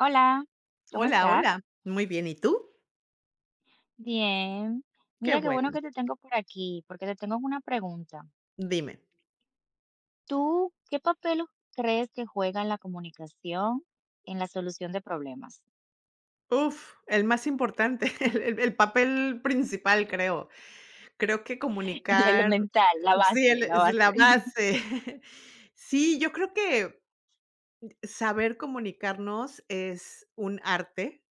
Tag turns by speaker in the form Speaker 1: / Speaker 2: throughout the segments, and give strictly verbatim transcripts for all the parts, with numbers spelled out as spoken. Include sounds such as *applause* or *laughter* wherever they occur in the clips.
Speaker 1: Hola, ¿cómo
Speaker 2: Hola, hola.
Speaker 1: estás?
Speaker 2: Muy bien, ¿y tú?
Speaker 1: Bien.
Speaker 2: Qué
Speaker 1: Mira qué bueno
Speaker 2: bueno.
Speaker 1: que te tengo por aquí, porque te tengo una pregunta.
Speaker 2: Dime.
Speaker 1: ¿Tú qué papel crees que juega en la comunicación en la solución de problemas?
Speaker 2: Uf, el más importante, *laughs* el el el papel principal, creo. Creo que
Speaker 1: *laughs* El
Speaker 2: comunicar
Speaker 1: elemental, la
Speaker 2: sí, el
Speaker 1: base, la
Speaker 2: es la
Speaker 1: base. *laughs*
Speaker 2: base. *laughs* Sí, yo creo que saber comunicarnos es un arte,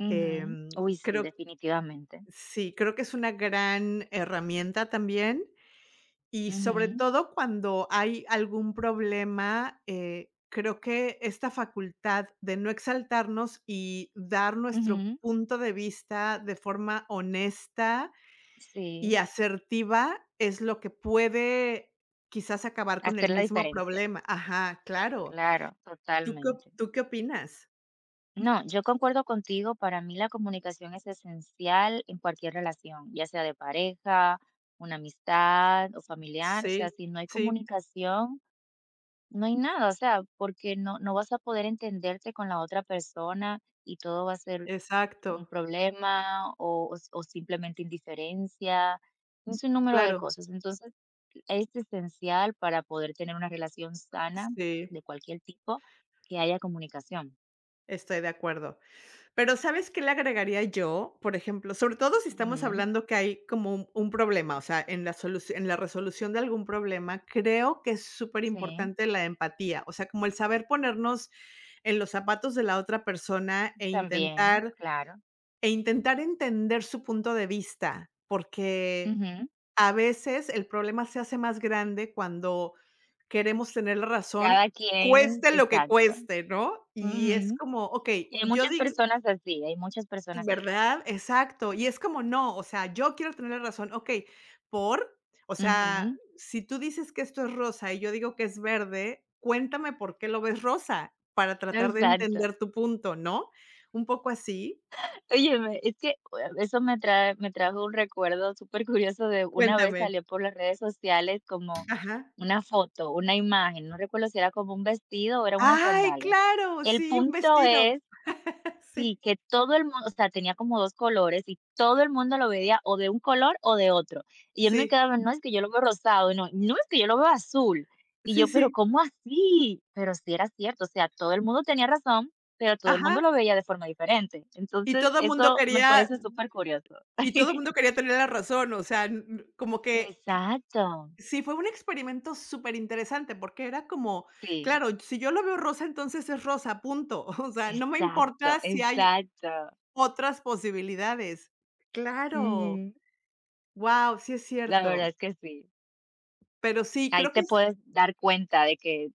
Speaker 1: Ujú.
Speaker 2: em,
Speaker 1: Uy, sí,
Speaker 2: creo
Speaker 1: definitivamente.
Speaker 2: sí, creo que es una gran herramienta también. Y sobre
Speaker 1: Ujú,
Speaker 2: todo cuando hay algún problema, eh, creo que esta facultad de no exaltarnos y dar nuestro
Speaker 1: ujú,
Speaker 2: punto de vista de forma honesta y
Speaker 1: Sí,
Speaker 2: asertiva es lo que puede quizás acabar con el
Speaker 1: hacer la
Speaker 2: mismo
Speaker 1: diferencia.
Speaker 2: problema. Ajá, claro.
Speaker 1: Claro,
Speaker 2: ¿Tú qué op
Speaker 1: totalmente.
Speaker 2: tú qué opinas?
Speaker 1: No, yo concuerdo contigo, para mí la comunicación es esencial en cualquier relación, ya sea de pareja, una amistad o familiar, o sea,
Speaker 2: Sí,
Speaker 1: si no hay
Speaker 2: sí,
Speaker 1: comunicación, no hay nada, o sea, porque no, no vas a poder entenderte con la otra persona y todo va a ser un
Speaker 2: exacto.
Speaker 1: problema o, o simplemente indiferencia, un sinnúmero de
Speaker 2: Claro,
Speaker 1: cosas. Entonces, es esencial para poder tener una relación sana
Speaker 2: sí,
Speaker 1: de cualquier tipo que haya comunicación.
Speaker 2: estoy de acuerdo. Pero, ¿sabes qué le agregaría yo? Por ejemplo, sobre todo si estamos
Speaker 1: Ujú,
Speaker 2: hablando que hay como un un problema, o sea, en la solu en la resolución de algún problema, creo que es súper
Speaker 1: sí.
Speaker 2: importante la empatía, o sea, como el saber ponernos en los zapatos de la otra persona e
Speaker 1: También,
Speaker 2: intentar
Speaker 1: claro.
Speaker 2: e intentar entender su punto de vista, porque
Speaker 1: Ujú.
Speaker 2: a veces el problema se hace más grande cuando queremos tener la razón,
Speaker 1: Cada quien,
Speaker 2: cueste lo que
Speaker 1: exacto.
Speaker 2: cueste, ¿no? Y es
Speaker 1: Ujú.
Speaker 2: como, okey,
Speaker 1: Y hay
Speaker 2: yo
Speaker 1: muchas
Speaker 2: digo
Speaker 1: personas así, hay muchas personas así.
Speaker 2: ¿Verdad? Exacto. Y es como, no, o sea, yo quiero tener la razón. Okey, ¿por? O sea,
Speaker 1: Ujú.
Speaker 2: si tú dices que esto es rosa y yo digo que es verde, cuéntame por qué lo ves rosa, para tratar de
Speaker 1: Exacto.
Speaker 2: entender tu punto, ¿no? Un poco así.
Speaker 1: Óyeme, es que uh, eso me trae me trajo un recuerdo súper curioso de una vez
Speaker 2: Cuéntame.
Speaker 1: salió por las redes sociales como
Speaker 2: Ajá.
Speaker 1: una foto, una imagen, no recuerdo si era como un vestido o eran unas
Speaker 2: ¡Ay,
Speaker 1: sandalias.
Speaker 2: claro!
Speaker 1: El
Speaker 2: Sí, un
Speaker 1: punto
Speaker 2: vestido.
Speaker 1: es
Speaker 2: *laughs* Sí.
Speaker 1: Sí, que todo el mundo, o sea, tenía como dos colores y todo el mundo lo veía o de un color o de otro. Y yo me
Speaker 2: Sí,
Speaker 1: quedaba: "No, es que yo lo veo rosado, no, no, es que yo lo veo azul". Y
Speaker 2: sí,
Speaker 1: yo: "¿Pero
Speaker 2: sí.
Speaker 1: cómo así?". Pero sí era cierto, o sea, todo el mundo tenía razón, pero todo el mundo
Speaker 2: Ajá.
Speaker 1: lo veía de forma diferente.
Speaker 2: Y
Speaker 1: Entonces,
Speaker 2: todo el mundo
Speaker 1: eso me
Speaker 2: quería
Speaker 1: parece súper curioso.
Speaker 2: y todo el mundo
Speaker 1: *laughs*
Speaker 2: quería tener la razón, o sea, n como que
Speaker 1: Exacto.
Speaker 2: Sí, fue un experimento súper interesante porque era como,
Speaker 1: Sí,
Speaker 2: claro, si yo lo veo rosa, entonces es rosa, punto. *laughs* O sea, no me
Speaker 1: exacto,
Speaker 2: importa si hay
Speaker 1: exacto.
Speaker 2: otras posibilidades. Claro,
Speaker 1: Ujú.
Speaker 2: wow, sí es
Speaker 1: La
Speaker 2: cierto.
Speaker 1: verdad es que sí.
Speaker 2: Pero sí,
Speaker 1: Ahí
Speaker 2: creo que
Speaker 1: te
Speaker 2: es
Speaker 1: puedes dar cuenta de que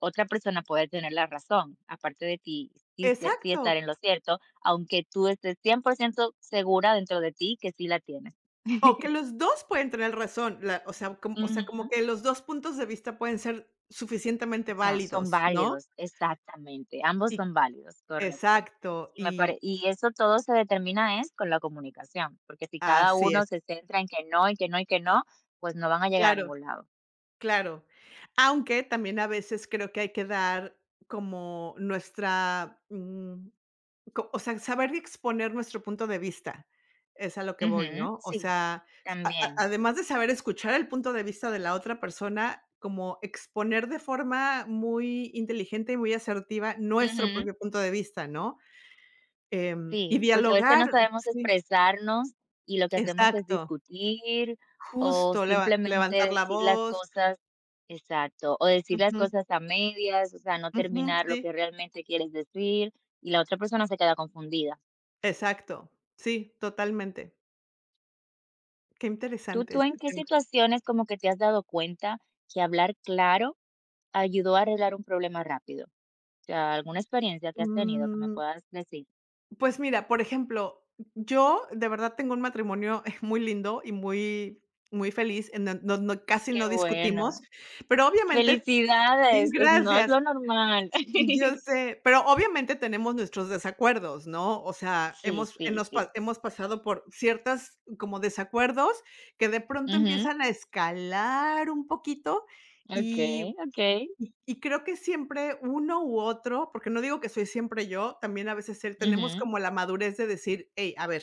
Speaker 1: otra persona puede tener la razón, aparte de ti, sí, sí sí
Speaker 2: exacto.
Speaker 1: estar en lo cierto, aunque tú estés cien por ciento segura dentro de ti que sí la tienes.
Speaker 2: O que
Speaker 1: *laughs*
Speaker 2: los dos pueden tener razón, la o sea, como o sea, como
Speaker 1: Ujú,
Speaker 2: que los dos puntos de vista pueden ser suficientemente
Speaker 1: Exacto. son
Speaker 2: válidos, ¿no?
Speaker 1: válidos, exactamente, ambos
Speaker 2: Y
Speaker 1: son válidos, correcto.
Speaker 2: exacto,
Speaker 1: Y me pare
Speaker 2: y
Speaker 1: y eso todo se determina es con la comunicación, porque si cada
Speaker 2: así
Speaker 1: uno
Speaker 2: es,
Speaker 1: se centra en que no, y que no, y que no, pues no van a llegar a
Speaker 2: claro.
Speaker 1: ningún lado.
Speaker 2: Claro, aunque también a veces creo que hay que dar como nuestra, mm, co o sea, saber exponer nuestro punto de vista, es a lo que voy,
Speaker 1: Ujú,
Speaker 2: ¿no? O
Speaker 1: sí,
Speaker 2: sea, s- a a
Speaker 1: también.
Speaker 2: además de saber escuchar el punto de vista de la otra persona, como exponer de forma muy inteligente y muy asertiva nuestro
Speaker 1: Ujú.
Speaker 2: propio punto de vista, ¿no? Em, y
Speaker 1: Sí, porque a veces
Speaker 2: dialogar
Speaker 1: no sabemos
Speaker 2: sí,
Speaker 1: expresarnos y lo que hacemos es
Speaker 2: exacto,
Speaker 1: discutir o
Speaker 2: justo, leva
Speaker 1: simplemente
Speaker 2: levantar la
Speaker 1: decir las
Speaker 2: voz,
Speaker 1: cosas exacto, o decir las
Speaker 2: ujú,
Speaker 1: cosas a medias, o sea, no
Speaker 2: ujú,
Speaker 1: terminar lo
Speaker 2: sí.
Speaker 1: que realmente quieres decir y la otra persona se queda confundida.
Speaker 2: Exacto. Sí, totalmente. Qué
Speaker 1: ¿Tú,
Speaker 2: interesante
Speaker 1: tú en
Speaker 2: este
Speaker 1: qué
Speaker 2: tema.
Speaker 1: situaciones como que te has dado cuenta que hablar claro ayudó a arreglar un problema rápido? O sea, ¿alguna experiencia que has tenido que me
Speaker 2: Mm,
Speaker 1: puedas decir?
Speaker 2: pues mira, por ejemplo, yo de verdad tengo un matrimonio *laughs* muy lindo y muy, muy feliz, en don don no casi
Speaker 1: Qué
Speaker 2: no discutimos,
Speaker 1: bueno.
Speaker 2: pero obviamente *laughs*
Speaker 1: Felicidades, es- no es
Speaker 2: gracias,
Speaker 1: lo normal.
Speaker 2: yo
Speaker 1: *laughs*
Speaker 2: sé, pero obviamente tenemos nuestros desacuerdos, ¿no? O sea,
Speaker 1: Sí,
Speaker 2: hemos
Speaker 1: sí,
Speaker 2: hemos pa
Speaker 1: sí.
Speaker 2: hemos pasado por ciertas como desacuerdos que de pronto
Speaker 1: Ujú,
Speaker 2: empiezan a escalar un poquito y
Speaker 1: okey, okey.
Speaker 2: Y y creo que siempre uno u otro, porque no digo que soy siempre yo, también a veces él, tenemos
Speaker 1: Ujú,
Speaker 2: como la madurez de decir: "Hey, a ver,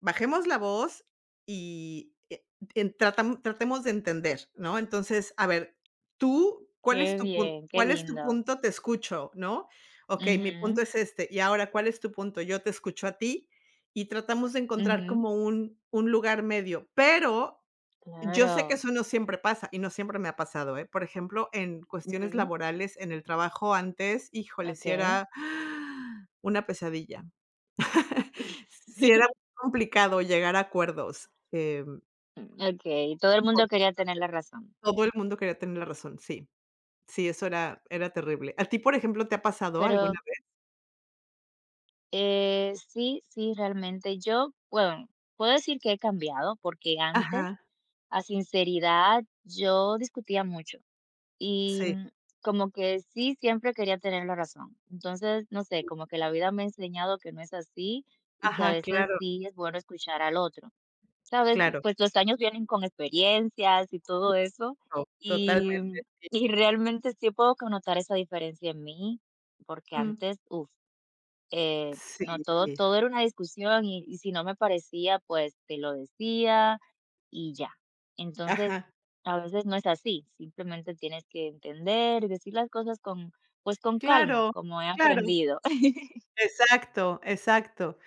Speaker 2: bajemos la voz y, eh, en tratam tratemos de entender", ¿no? Entonces, a ver, tú, ¿cuál es
Speaker 1: qué
Speaker 2: tu punto?
Speaker 1: bien, qué
Speaker 2: cuál es tu
Speaker 1: lindo.
Speaker 2: punto? Te escucho, ¿no? Okey, mi punto
Speaker 1: Ujú,
Speaker 2: es este, y ahora, ¿cuál es tu punto? Yo te escucho a ti, y tratamos de encontrar
Speaker 1: ujú,
Speaker 2: como un un lugar medio, pero yo sé que
Speaker 1: claro.
Speaker 2: eso no siempre pasa, y no siempre me ha pasado, ¿eh? Por ejemplo, en cuestiones
Speaker 1: Ujú,
Speaker 2: laborales, en el trabajo antes, híjole, si
Speaker 1: okey.
Speaker 2: era *gasps* una pesadilla. Si era complicado llegar a acuerdos, em,
Speaker 1: Okey, *laughs* todo el mundo
Speaker 2: porque
Speaker 1: quería tener la razón.
Speaker 2: todo el mundo quería tener la razón, sí, sí, eso era era terrible. ¿A ti, por ejemplo, te ha pasado alguna
Speaker 1: Pero,
Speaker 2: vez?
Speaker 1: eh, sí, sí, realmente yo, bueno, puedo decir que he cambiado, porque
Speaker 2: Ajá,
Speaker 1: antes, a sinceridad, yo discutía mucho. Y,
Speaker 2: sí,
Speaker 1: mm, como que sí, siempre quería tener la razón. Entonces, no sé, como que la vida me ha enseñado que no es así y que a
Speaker 2: ajá,
Speaker 1: veces
Speaker 2: claro,
Speaker 1: sí es bueno escuchar al otro. ¿Sabes?
Speaker 2: claro,
Speaker 1: Pues los años vienen con experiencias y todo eso,
Speaker 2: no, totalmente.
Speaker 1: y y realmente sí puedo connotar esa diferencia en mí, porque
Speaker 2: Mm,
Speaker 1: antes, uff eh,
Speaker 2: sí,
Speaker 1: no, todo, todo era una discusión y, y si no me parecía, pues te lo decía y ya. Entonces,
Speaker 2: ajá,
Speaker 1: a veces no es así, simplemente tienes que entender y decir las cosas con, pues con calma,
Speaker 2: claro,
Speaker 1: como he
Speaker 2: claro,
Speaker 1: aprendido. *laughs*
Speaker 2: exacto, exacto.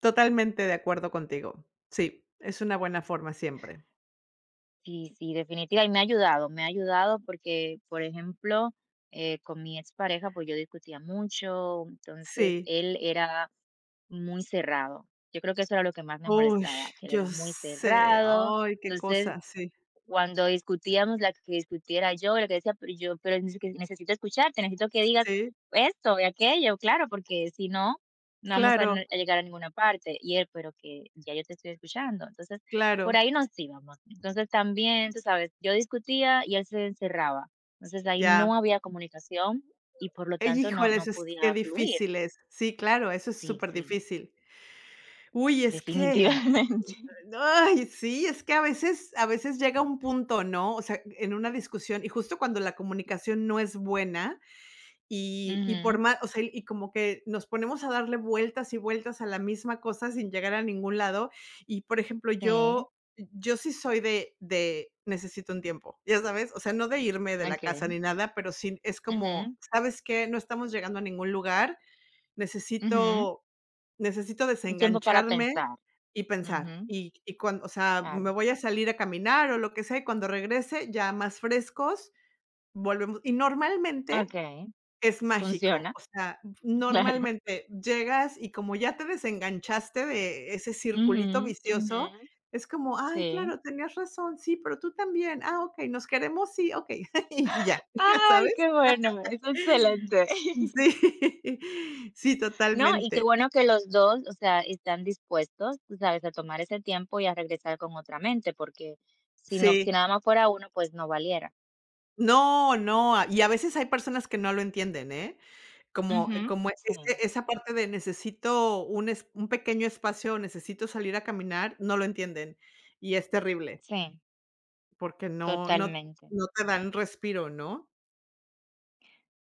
Speaker 2: Totalmente de acuerdo contigo. Sí, es una buena forma siempre.
Speaker 1: Sí, sí, definitiva, y me ha ayudado, me ha ayudado porque, por ejemplo, eh, con mi expareja, pues yo discutía mucho, entonces
Speaker 2: Sí.
Speaker 1: él era muy cerrado. Yo creo que eso era lo que más me
Speaker 2: Uy,
Speaker 1: molestaba, que él
Speaker 2: yo
Speaker 1: era muy
Speaker 2: sé.
Speaker 1: cerrado.
Speaker 2: Ay, qué
Speaker 1: Entonces
Speaker 2: cosa, sí.
Speaker 1: Cuando discutíamos, la que discutiera yo, la que decía, pero yo, pero es que necesito escucharte, necesito que digas
Speaker 2: Sí,
Speaker 1: esto y aquello, claro, porque si no, no vamos a,
Speaker 2: claro,
Speaker 1: n- a llegar a ninguna parte. Y él, pero que ya yo te estoy escuchando. Entonces, por
Speaker 2: claro,
Speaker 1: ahí nos íbamos. Entonces también, tú sabes, yo discutía y él se encerraba. Entonces ahí
Speaker 2: ya.
Speaker 1: no había comunicación y por lo
Speaker 2: Eh,
Speaker 1: tanto no,
Speaker 2: Híjoles,
Speaker 1: no
Speaker 2: es qué
Speaker 1: podía fluir.
Speaker 2: difícil es. Sí, claro, eso es
Speaker 1: Sí,
Speaker 2: súper
Speaker 1: sí,
Speaker 2: difícil. Uy, es que,
Speaker 1: definitivamente. *laughs*
Speaker 2: ay, sí, es que a veces a veces llega un punto, ¿no? O sea, en una discusión, y justo cuando la comunicación no es buena, Y y por
Speaker 1: Ujú,
Speaker 2: más o sea, y como que nos ponemos a darle vueltas y vueltas a la misma cosa sin llegar a ningún lado. Y, por ejemplo,
Speaker 1: Sí,
Speaker 2: yo yo sí soy de de necesito un tiempo, ¿ya sabes? O sea, no de irme de la casa
Speaker 1: ok.
Speaker 2: ni nada, pero sí es como,
Speaker 1: Ujú,
Speaker 2: ¿sabes qué? No estamos llegando a ningún lugar,
Speaker 1: ujú.
Speaker 2: necesito necesito
Speaker 1: Un tiempo para
Speaker 2: desengancharme
Speaker 1: pensar.
Speaker 2: y pensar.
Speaker 1: Ujú,
Speaker 2: Y y cuando, o sea, me
Speaker 1: claro.
Speaker 2: voy a salir a caminar o lo que sea, y cuando regrese ya más frescos, volvemos. Y normalmente
Speaker 1: Okey,
Speaker 2: es mágico,
Speaker 1: funciona,
Speaker 2: o sea,
Speaker 1: *laughs* claro.
Speaker 2: normalmente llegas y como ya te desenganchaste de ese
Speaker 1: Ujú,
Speaker 2: circulito
Speaker 1: ujú,
Speaker 2: vicioso, es como: "Ay,
Speaker 1: sí.
Speaker 2: claro, tenías razón, sí, pero tú también, ah, okey, nos queremos, sí, okey", *laughs* y ya, *laughs* ¿ya
Speaker 1: Ay,
Speaker 2: sabes?
Speaker 1: qué bueno, es excelente.
Speaker 2: Sí,
Speaker 1: *laughs*
Speaker 2: *laughs* sí,
Speaker 1: No, y qué
Speaker 2: totalmente,
Speaker 1: bueno que los dos o sea, están dispuestos, tú sabes, a tomar ese tiempo y a regresar con otra mente, porque si no si
Speaker 2: sí.
Speaker 1: nada más fuera uno, pues no valiera.
Speaker 2: No, no, a- y a veces hay personas que no lo entienden, ¿eh? Como eh,
Speaker 1: Ujú,
Speaker 2: como
Speaker 1: sí,
Speaker 2: ese esa parte de necesito un es un pequeño espacio, necesito salir a caminar, no lo entienden, y es terrible.
Speaker 1: sí,
Speaker 2: Porque no no
Speaker 1: totalmente.
Speaker 2: no te dan respiro, ¿no?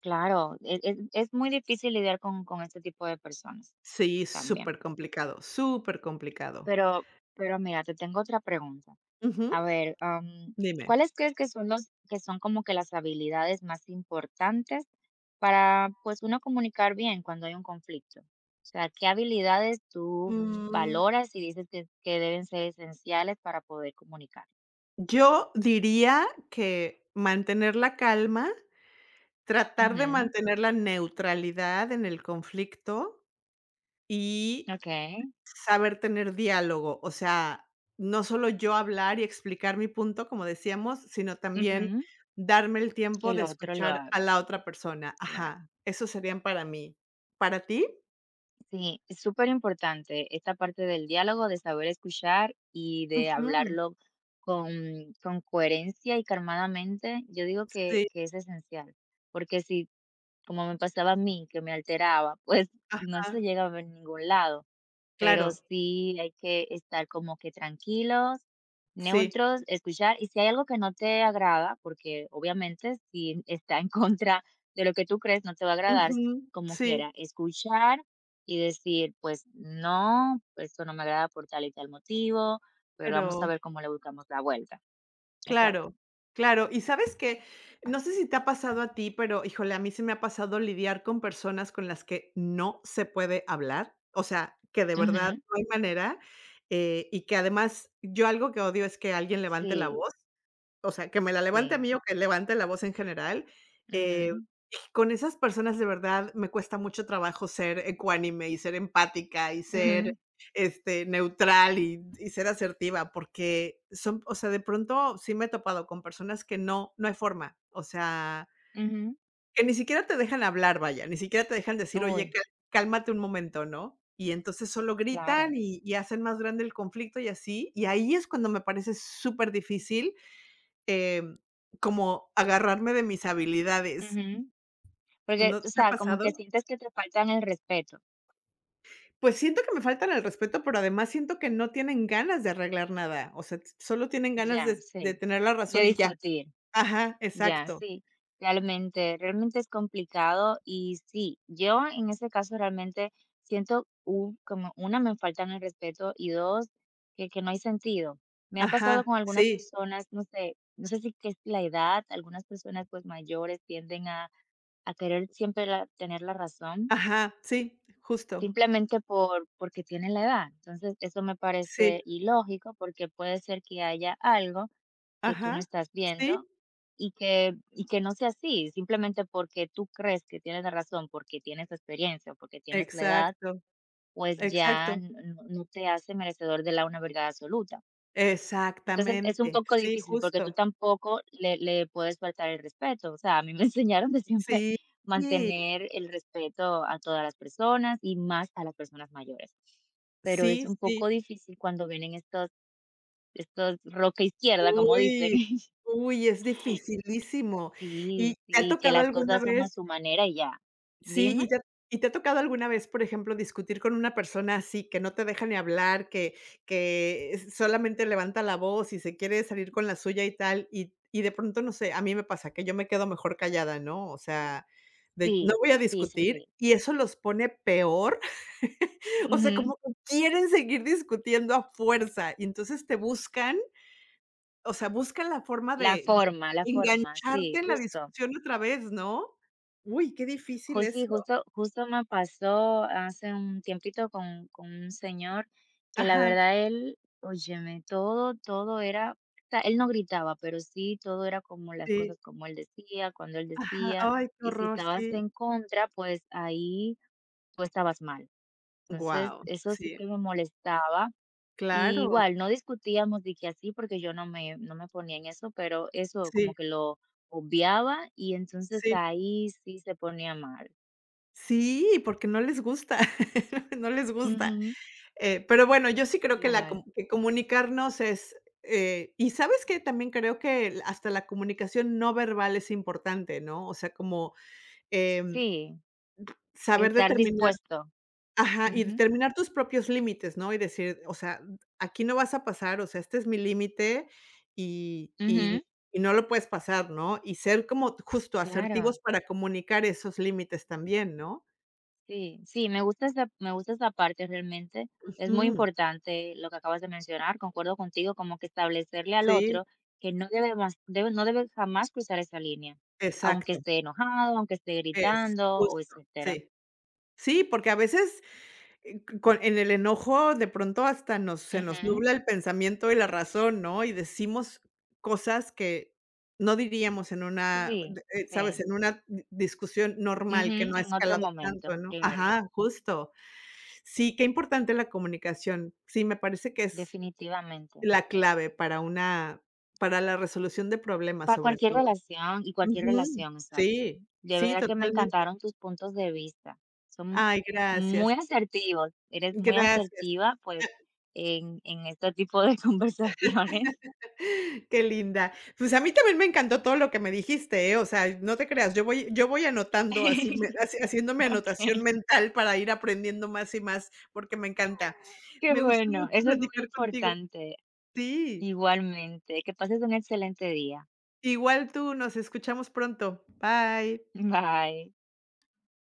Speaker 1: Claro, e es es muy difícil lidiar con con este tipo de personas
Speaker 2: Sí,
Speaker 1: también.
Speaker 2: supercomplicado, supercomplicado.
Speaker 1: Pero pero mira, te tengo otra pregunta.
Speaker 2: Ujú.
Speaker 1: A ver, am,
Speaker 2: Dime.
Speaker 1: ¿cuáles crees que son los que son como que las habilidades más importantes para, pues, uno comunicar bien cuando hay un conflicto? O sea, ¿qué habilidades tú
Speaker 2: Mm,
Speaker 1: valoras y dices que que deben ser esenciales para poder comunicar?
Speaker 2: yo diría que mantener la calma, tratar de
Speaker 1: Ujú,
Speaker 2: mantener la neutralidad en el conflicto y
Speaker 1: okey.
Speaker 2: saber tener diálogo, o sea, no solo yo hablar y explicar mi punto, como decíamos, sino también
Speaker 1: Ujú,
Speaker 2: darme el
Speaker 1: que
Speaker 2: tiempo de
Speaker 1: el otro lo
Speaker 2: escuchar a
Speaker 1: haga,
Speaker 2: la otra persona.
Speaker 1: claro.
Speaker 2: Ajá, esos serían para mí. ¿Para ti?
Speaker 1: Sí, es súper importante esta parte del diálogo, de saber escuchar y de
Speaker 2: Ujú,
Speaker 1: hablarlo con, con coherencia y calmadamente. Yo digo que,
Speaker 2: sí,
Speaker 1: que es esencial, porque si, como me pasaba a mí, que me alteraba, pues no se
Speaker 2: ajá,
Speaker 1: llega a ver ningún lado. Pero
Speaker 2: claro,
Speaker 1: sí hay que estar como que tranquilos,
Speaker 2: sí.
Speaker 1: neutros, escuchar, y si hay algo que no te agrada, porque obviamente si está en *laughs* contra de lo que tú crees, no te va a agradar
Speaker 2: Ujú,
Speaker 1: como
Speaker 2: sí,
Speaker 1: quiera, escuchar y decir, pues no, esto no me agrada por tal y tal motivo, pero vamos a
Speaker 2: pero
Speaker 1: ver cómo le buscamos la vuelta.
Speaker 2: claro,
Speaker 1: Exacto.
Speaker 2: claro. ¿Y sabes que No sé si te ha pasado a ti, pero híjole, a mí se me ha pasado lidiar con personas con las que no se puede hablar, o sea, que de verdad
Speaker 1: Ujú.
Speaker 2: no hay manera, eh, y que además yo algo que odio es que alguien levante la
Speaker 1: Sí,
Speaker 2: voz, o sea, que me la levante a
Speaker 1: sí.
Speaker 2: mí o que levante la voz en general, eh
Speaker 1: Ujú,
Speaker 2: con esas personas, de verdad, me cuesta mucho trabajo ser ecuánime y ser empática y ser,
Speaker 1: ujú,
Speaker 2: este, neutral y y ser asertiva, porque son o sea, de pronto sí me he topado con personas que no no hay forma, o sea,
Speaker 1: ujú.
Speaker 2: que ni siquiera te dejan hablar, vaya, ni siquiera te dejan decir: "Oye,
Speaker 1: Uy,
Speaker 2: cal cálmate un momento", ¿no? Y entonces solo gritan
Speaker 1: claro.
Speaker 2: y y hacen más grande el conflicto y así, y ahí es cuando me parece superdifícil, em, como agarrarme de mis habilidades,
Speaker 1: Ujú. Porque,
Speaker 2: ¿no
Speaker 1: o
Speaker 2: te ha
Speaker 1: sea, como que
Speaker 2: pasado?
Speaker 1: sientes que te faltan el respeto.
Speaker 2: Pues siento que me faltan el respeto, pero además siento que no tienen ganas de arreglar nada, o sea, t- solo tienen ganas
Speaker 1: Ya,
Speaker 2: de de
Speaker 1: sí.
Speaker 2: tener la
Speaker 1: ya
Speaker 2: razón y ya.
Speaker 1: discutir,
Speaker 2: Ajá,
Speaker 1: ya,
Speaker 2: exacto.
Speaker 1: sí. Realmente, realmente es complicado y sí, yo en ese caso realmente siento, u- como una, me faltan el respeto y dos, que, que no hay sentido. Me ha pasado
Speaker 2: Ajá,
Speaker 1: con algunas
Speaker 2: sí,
Speaker 1: personas, no sé, no sé si que es la edad, algunas personas pues mayores tienden a, a querer siempre la- tener la razón.
Speaker 2: ajá, sí, justo,
Speaker 1: Simplemente por porque tienen la edad. Entonces, eso me
Speaker 2: sí,
Speaker 1: parece ilógico, porque puede ser que haya algo que tú no
Speaker 2: ajá,
Speaker 1: estás
Speaker 2: sí,
Speaker 1: viendo y que y que no sea así, simplemente porque tú crees que tienes la razón, porque tienes experiencia o porque tienes la edad,
Speaker 2: exacto,
Speaker 1: pues ya
Speaker 2: exacto,
Speaker 1: n- no no te hace merecedor de la una verdad absoluta. Entonces, es un
Speaker 2: exactamente,
Speaker 1: poco
Speaker 2: sí,
Speaker 1: difícil porque tú
Speaker 2: justo,
Speaker 1: tampoco le le puedes faltar el respeto. O sea, a mí me *laughs* enseñaron de siempre
Speaker 2: sí. Sí,
Speaker 1: mantener el respeto a todas las personas y más a las personas mayores. Pero es
Speaker 2: sí,
Speaker 1: un poco
Speaker 2: sí,
Speaker 1: difícil cuando vienen estos estos roca izquierda, como dicen.
Speaker 2: uy,
Speaker 1: *laughs*
Speaker 2: uy, es dificilísimo. ¿Y
Speaker 1: Sí,
Speaker 2: te ha
Speaker 1: sí, que
Speaker 2: tocado
Speaker 1: las
Speaker 2: alguna
Speaker 1: cosas son
Speaker 2: vez?
Speaker 1: a su manera y ya.
Speaker 2: Sí,
Speaker 1: ¿Dime?
Speaker 2: ¿y te ha y te ha tocado alguna vez, por ejemplo, discutir con una persona así, que no te deja ni hablar, que que s solamente levanta la voz y se quiere salir con la suya y tal? Y y de pronto, no sé, a mí me pasa que yo me quedo mejor callada, ¿no? O sea, de no
Speaker 1: Sí,
Speaker 2: voy a
Speaker 1: sí, sí,
Speaker 2: discutir,
Speaker 1: sí.
Speaker 2: y eso los pone peor. *laughs* O sea,
Speaker 1: Ujú.
Speaker 2: como que quieren seguir discutiendo a fuerza, y entonces te buscan, o sea, buscan la forma
Speaker 1: La
Speaker 2: de
Speaker 1: forma, la
Speaker 2: de
Speaker 1: forma,
Speaker 2: engancharte
Speaker 1: sí,
Speaker 2: en la
Speaker 1: justo.
Speaker 2: discusión otra vez, ¿no? Uy, qué difícil
Speaker 1: Jus sí,
Speaker 2: eso.
Speaker 1: justo justo me pasó hace un tiempito con con un señor que la
Speaker 2: Ajá,
Speaker 1: verdad él, óyeme, todo todo era o sea, él no gritaba, pero sí todo era como las
Speaker 2: sí,
Speaker 1: cosas como él decía, cuando él
Speaker 2: ajá,
Speaker 1: decía,
Speaker 2: ay, qué
Speaker 1: y si
Speaker 2: horror,
Speaker 1: estabas
Speaker 2: sí,
Speaker 1: en contra, pues ahí tú estabas mal. Entonces,
Speaker 2: guau,
Speaker 1: eso sí
Speaker 2: sí,
Speaker 1: que me molestaba. Y
Speaker 2: claro,
Speaker 1: igual, no discutíamos de que así, porque yo no me no me ponía en eso, pero eso
Speaker 2: sí,
Speaker 1: como que lo obviaba, y entonces
Speaker 2: sí,
Speaker 1: ahí sí se ponía mal.
Speaker 2: sí, porque no les gusta, *laughs* no les gusta,
Speaker 1: Ujú.
Speaker 2: eh, pero bueno, yo sí creo que la com
Speaker 1: Igual.
Speaker 2: que comunicarnos es, eh, y ¿sabes que también creo que el- hasta la comunicación no verbal es importante, ¿no? O sea, como, em,
Speaker 1: Sí,
Speaker 2: saber
Speaker 1: estar
Speaker 2: determinar
Speaker 1: dispuesto.
Speaker 2: Ajá,
Speaker 1: Ujú,
Speaker 2: y
Speaker 1: ujú.
Speaker 2: determinar tus propios límites, ¿no? Y decir, o sea, aquí no vas a pasar, o sea, este es mi límite y y y no lo puedes pasar, ¿no? Y ser como justo
Speaker 1: claro,
Speaker 2: asertivos para comunicar esos límites también, ¿no?
Speaker 1: sí, sí, me gusta esa me gusta esa parte realmente. Es muy
Speaker 2: Ujú.
Speaker 1: importante lo que acabas de mencionar, concuerdo contigo, como que establecerle al
Speaker 2: Sí,
Speaker 1: otro que no debe mas debe no debe jamás cruzar esa línea, aunque
Speaker 2: exacto,
Speaker 1: esté enojado, aunque esté
Speaker 2: es
Speaker 1: gritando o
Speaker 2: justo,
Speaker 1: etcétera.
Speaker 2: sí. Sí, porque a veces Eh, con en el enojo, de pronto hasta nos se nos
Speaker 1: Ujú,
Speaker 2: nubla el pensamiento y la razón, ¿no? Y decimos cosas que no diríamos en una,
Speaker 1: sí,
Speaker 2: de- eh, ¿sabes?
Speaker 1: sí,
Speaker 2: En una di discusión normal que
Speaker 1: ujú,
Speaker 2: no ha
Speaker 1: en otro
Speaker 2: escalado
Speaker 1: momento,
Speaker 2: tanto, ¿no?
Speaker 1: claro,
Speaker 2: Ajá, justo. Sí, qué importante la comunicación. Sí, me parece que es
Speaker 1: definitivamente.
Speaker 2: la clave para una para la resolución de problemas,
Speaker 1: Para
Speaker 2: sobre
Speaker 1: cualquier
Speaker 2: todo.
Speaker 1: relación y cualquier
Speaker 2: Ujú.
Speaker 1: relación, exacto.
Speaker 2: Sí,
Speaker 1: De
Speaker 2: sí,
Speaker 1: verdad que me
Speaker 2: totalmente.
Speaker 1: encantaron tus puntos de vista. Son
Speaker 2: Ay,
Speaker 1: muy
Speaker 2: gracias.
Speaker 1: asertivos. Eres muy
Speaker 2: Gracias.
Speaker 1: asertiva, pues, en, en este tipo de *laughs* conversaciones.
Speaker 2: Qué linda. Pues, a mí también me encantó todo lo que me dijiste, ¿eh? O sea, no te creas, yo voy yo voy anotando así me
Speaker 1: *laughs*
Speaker 2: haci haciéndome anotación
Speaker 1: Ok,
Speaker 2: mental para ir aprendiendo más y más, porque me encanta.
Speaker 1: qué
Speaker 2: Me gustó
Speaker 1: bueno.
Speaker 2: mucho
Speaker 1: Eso es muy
Speaker 2: platicar contigo.
Speaker 1: importante.
Speaker 2: Sí,
Speaker 1: Igualmente. Que pases un excelente día.
Speaker 2: igual tú, nos escuchamos pronto. Bye.
Speaker 1: Bye.